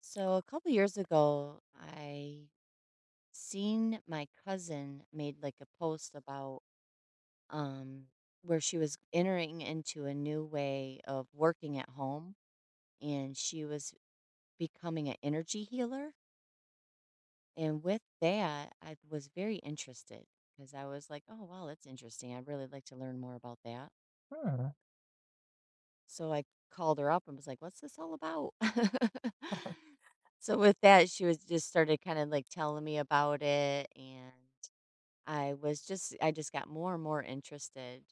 So a couple years ago, I seen my cousin made like a post about um where she was entering into a new way of working at home, and she was becoming an energy healer. And with that, I was very interested because I was like, oh wow, that's interesting. I'd really like to learn more about that. Hmm. So I called her up and was like, what's this all about? So with that, she was just started kind of like telling me about it, and I just got more and more interested,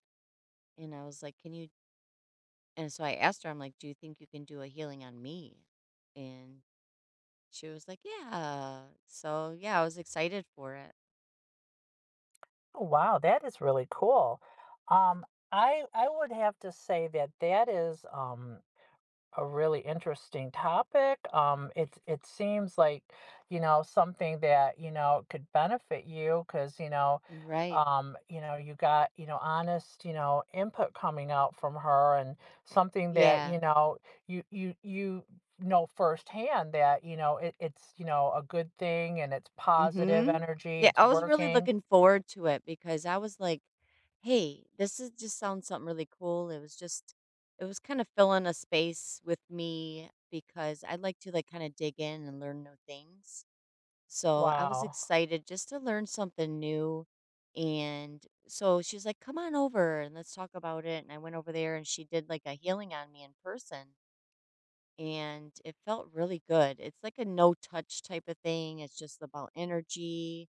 and I was like, "Can you?" And so I asked her, I'm like, "Do you think you can do a healing on me?" And she was like, "Yeah." So yeah, I was excited for it. Oh, wow, that is really cool. Um, I would have to say that that is a really interesting topic. It seems like, something that, could benefit you because, Right. You got, honest, input coming out from her and something that, you Yeah. know, you you you know firsthand that, it's a good thing and it's positive Mm-hmm. energy, Yeah, it's I was really working. looking forward to it because I was like, hey, this is just sounds something really cool. It was just it was kind of filling a space with me because I'd like to like kind of dig in and learn new things. So I was Wow, excited just to learn something new. And so she's like, come on over and let's talk about it. And I went over there and she did like a healing on me in person. And it felt really good. It's like a no touch type of thing, it's just about energy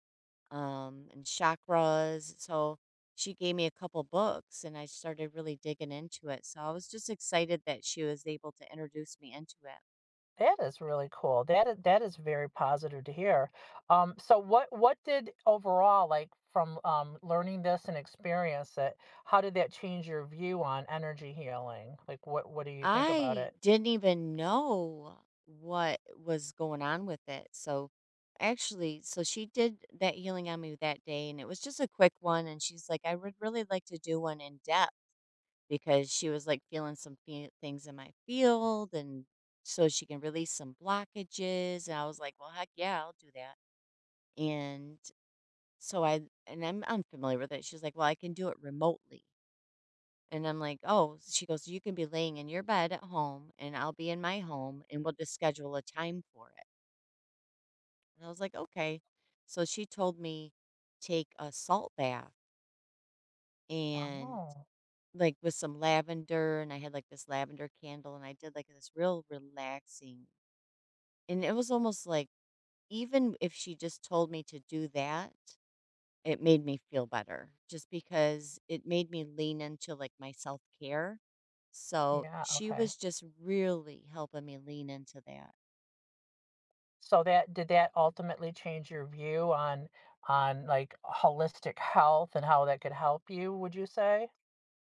and chakras. So she gave me a couple books and I started really digging into it. So I was just excited that she was able to introduce me into it. that is really cool. That is very positive to hear. So what did overall, like from learning this and experience it, how did that change your view on energy healing? Like what do you think about I it? didn't even know what was going on with it. So actually, so she did that healing on me that day and it was just a quick one, and she's like I would really like to do one in depth because she was like feeling some things in my field, and so she can release some blockages, and I was like, "Well, heck yeah, I'll do that." And so I and I'm unfamiliar with it. She's like, "Well, I can do it remotely." And I'm like, "Oh," she goes, "So You can be laying in your bed at home and I'll be in my home and we'll just schedule a time for it." And I was like, "Okay." So she told me take a salt bath and Oh, like with some lavender, and I had like this lavender candle, and I did like this real relaxing. And it was almost like even if she just told me to do that, it made me feel better just because it made me lean into like my self care. So yeah, she okay. was just really helping me lean into that. So that did that ultimately change your view on like holistic health and how that could help you, would you say?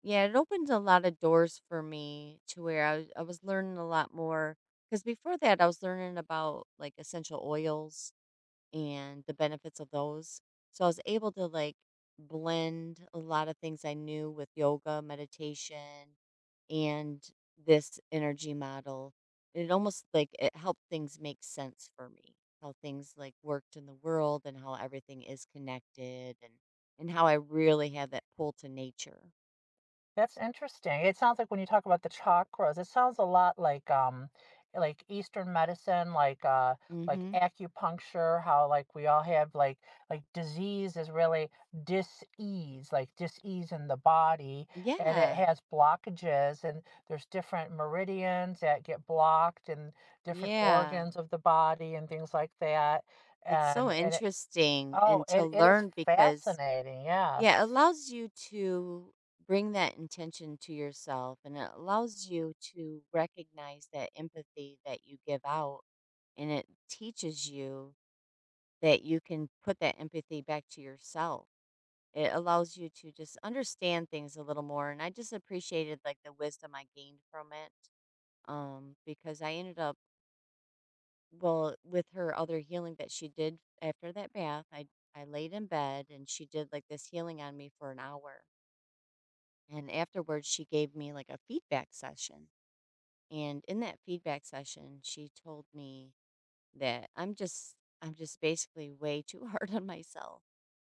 Yeah, it opened a lot of doors for me to where I was learning a lot more. Because before that, I was learning about like essential oils and the benefits of those. So I was able to like blend a lot of things I knew with yoga, meditation, and this energy model. It almost like it helped things make sense for me, how things like worked in the world and how everything is connected, and how I really have that pull to nature. That's interesting. It sounds like when you talk about the chakras, it sounds a lot like Eastern medicine, like Mhm. acupuncture, how like we all have like disease is really dis-ease, like dis-ease in the body and it Yeah. has blockages and there's different meridians that get blocked and different Yeah. organs of the body and things like that. It's so And it interesting oh, and to it is learn because fascinating. yeah, it Yes. allows you to bring that intention to yourself, and it allows you to recognize that empathy that you give out, and it teaches you that you can put that empathy back to yourself. It allows you to just understand things a little more. And I just appreciated like the wisdom I gained from it. Because I ended up well with her other healing that she did after that bath. I laid in bed and she did like this healing on me for an hour. And afterwards she gave me like a feedback session. And in that feedback session, she told me that I'm just basically way too hard on myself.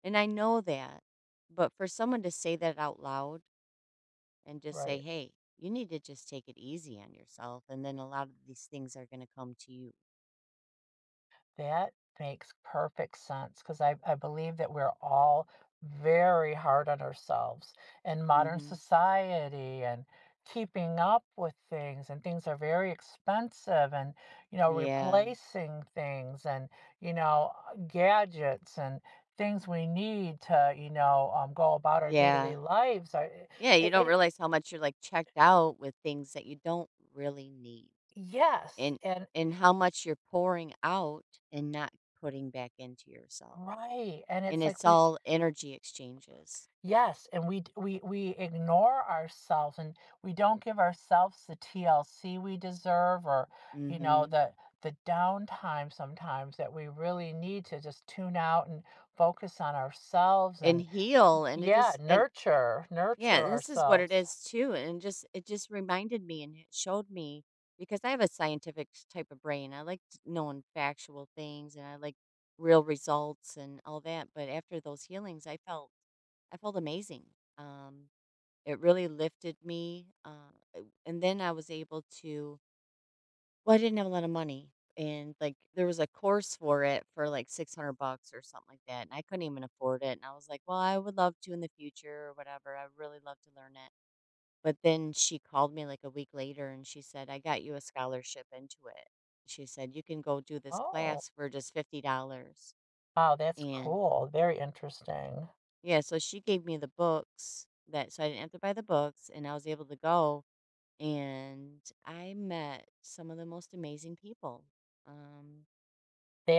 And I know that. But for someone to say that out loud and just say, Right. "Hey, you need to just take it easy on yourself," and then a lot of these things are going to come to you. That makes perfect sense because I believe that we're all very hard on ourselves in modern Mhm. society and keeping up with things and things are very expensive and you know Yeah. replacing things and you know gadgets and things we need to you know go about our daily Yeah. lives are Yeah, you it, don't it, realize how much you're like checked out with things that you don't really need. yes And and and how much you're pouring out and not putting back into yourself. right and And it's like it's we. all energy exchanges. Yes, and we ignore ourselves and we don't give ourselves the TLC we deserve or you know Mhm. the downtime sometimes that we really need to just tune out and focus on ourselves And and heal and it yeah, just and yeah. nurture And this is what it ourselves. is too, and just it just reminded me and it showed me because I have a scientific type of brain. I like knowing factual things, and I like real results and all that, but after those healings I felt I felt amazing. um it really lifted me and then I was able to well, I didn't have a lot of money, and, like, there was a course for it for, like, 600 bucks or something like that, and I couldn't even afford it, and I was like, "Well, I would love to in the future or whatever, I'd really love to learn it." But then she called me, like, a week later, and she said, "I got you a scholarship into it." She said, "You can go do this Oh, class for just $50." wow, that's And cool. Very interesting. yeah, so she gave me the books that so I didn't have to buy the books, and I was able to go, and I met some of the most amazing people. Um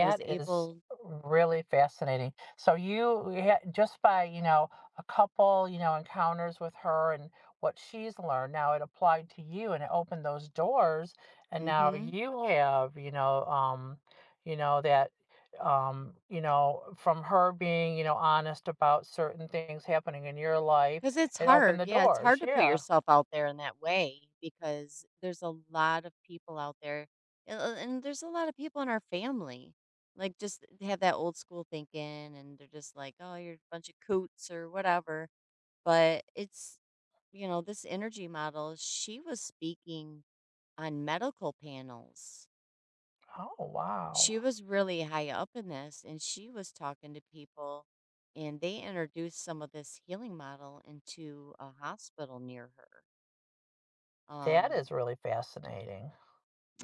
I was is able really fascinating. So you had just by, you know, a couple, you know, encounters with her and what she's learned, now it applied to you and it opened those doors and now mm-hmm. you have, that from her being, you know, honest about certain things happening in your life, Because it's it opened hard, the yeah, it's doors. hard to put Yeah. yourself out there in that way because there's a lot of people out there, and there's a lot of people in our family, like, just they have that old school thinking, and they're just like, "Oh, you're a bunch of coots," or whatever, but it's you know, this energy model, she was speaking on medical panels. Oh, wow. She was really high up in this and she was talking to people, and they introduced some of this healing model into a hospital near her. That um is really fascinating.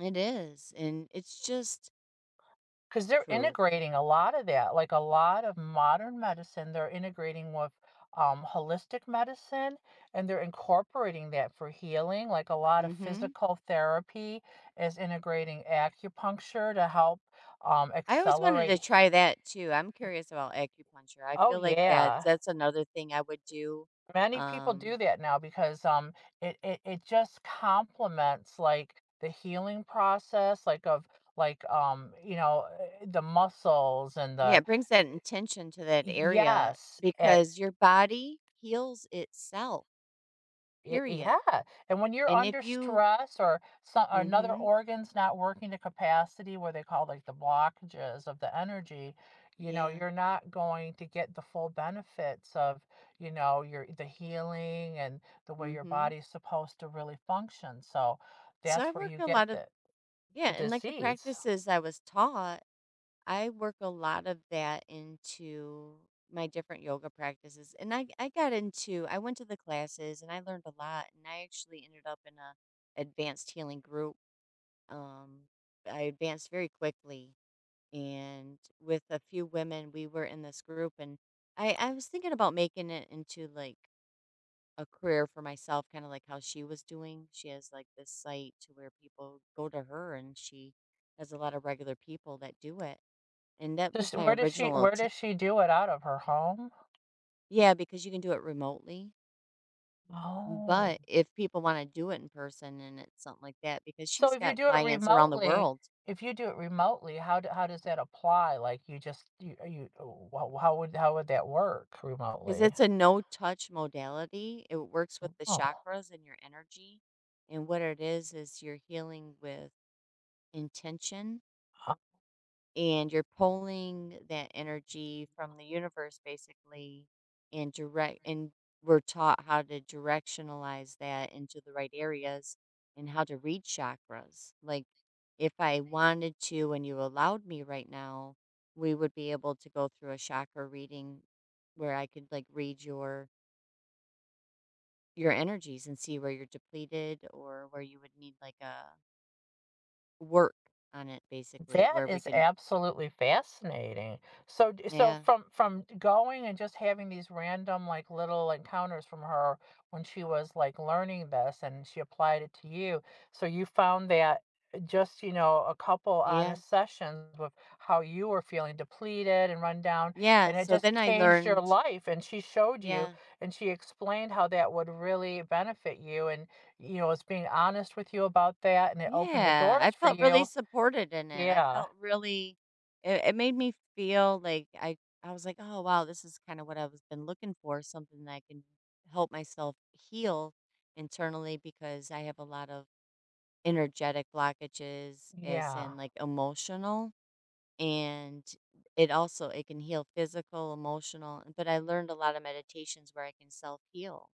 it is, and it's just Because they're proof. integrating a lot of that, like a lot of modern medicine, they're integrating with holistic medicine and they're incorporating that for healing. Like a lot of Mhm. physical therapy is integrating acupuncture to help I always wanted to accelerate. Try that too. I'm curious about acupuncture. I Oh, feel like yeah. that's another thing I would do. Many people um do that now because it just complements like the healing process, like of like the muscles and yeah, the, it brings that intention to that area yes, because your body heals itself, period. yeah, and when you're And if under you stress or some another mhm. organ's not working to capacity, where they call like the blockages of the energy, you know, Yeah. you're not going to get the full benefits of, you know, your the healing and the way your Mhm. body's supposed to really function. So So I that's where work you a get lot of the yeah, and like the disease. practices I was taught, I work a lot of that into my different yoga practices. And I got into I went to the classes and I learned a lot, and I actually ended up in a advanced healing group. Um I advanced very quickly, and with a few women we were in this group, and I was thinking about making it into like a career for myself, kind of like how she was doing. She has like this site to where people go to her, and she has a lot of regular people that do it. And that Just was my original, where does she do it out of her home? yeah, because you can do it remotely. Oh. But if people want to do it in person and it's something like that, because So she's if you got do it clients around the remotely, world, if you do it remotely, how does that apply? Like, you just you you, how would that work because remotely? it's a no touch modality, it works with the Oh. chakras and your energy. And what it is you're healing with intention, and you're pulling that energy from the universe basically, and direct and we're taught how to directionalize that into the right areas and how to read chakras. Like if I wanted to and you allowed me right now, we would be able to go through a chakra reading where I could like read your energies and see where you're depleted or where you would need like a work on it basically That where we is can absolutely fascinating. So yeah from going and just having these random, like, little encounters from her when she was, like, learning this and she applied it to you, so you found that just, you know, a couple yeah. honest sessions with how you were feeling depleted and run down, Yeah, and it so then just I changed your learned life, and she showed you, yeah, and she explained how that would really benefit you and, you know, was being honest with you about that, and it opened the yeah, I doors for felt really you. supported in it. I Yeah. felt really it, it made me feel like I was like, "Oh, wow, this is kind of what I was been looking for, something that I can help myself heal internally because I have a lot of energetic blockages as Yeah. in like emotional, and it also it can heal physical, emotional, but I learned a lot of meditations where I can self-heal.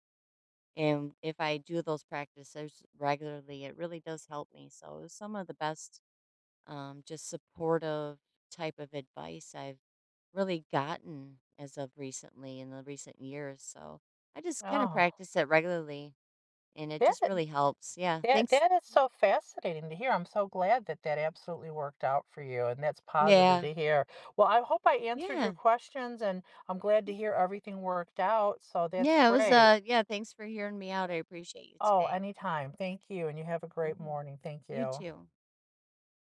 And if I do those practices regularly, it really does help me. So it was some of the best, just supportive type of advice I've really gotten as of recently in the recent years. So I just kind of Oh, practice it regularly, and it just that really helps. Yeah. that Thanks. that is so fascinating to hear. I'm so glad that that absolutely worked out for you, and that's positive Yeah. to hear. Well, I hope I answered your Yeah. questions, and I'm glad to hear everything worked out. So that's Yeah. It was, great. Yeah. Thanks for hearing me out. I appreciate you Oh, today. anytime. Thank you, and you have a great Hmm. morning. Thank You you. too.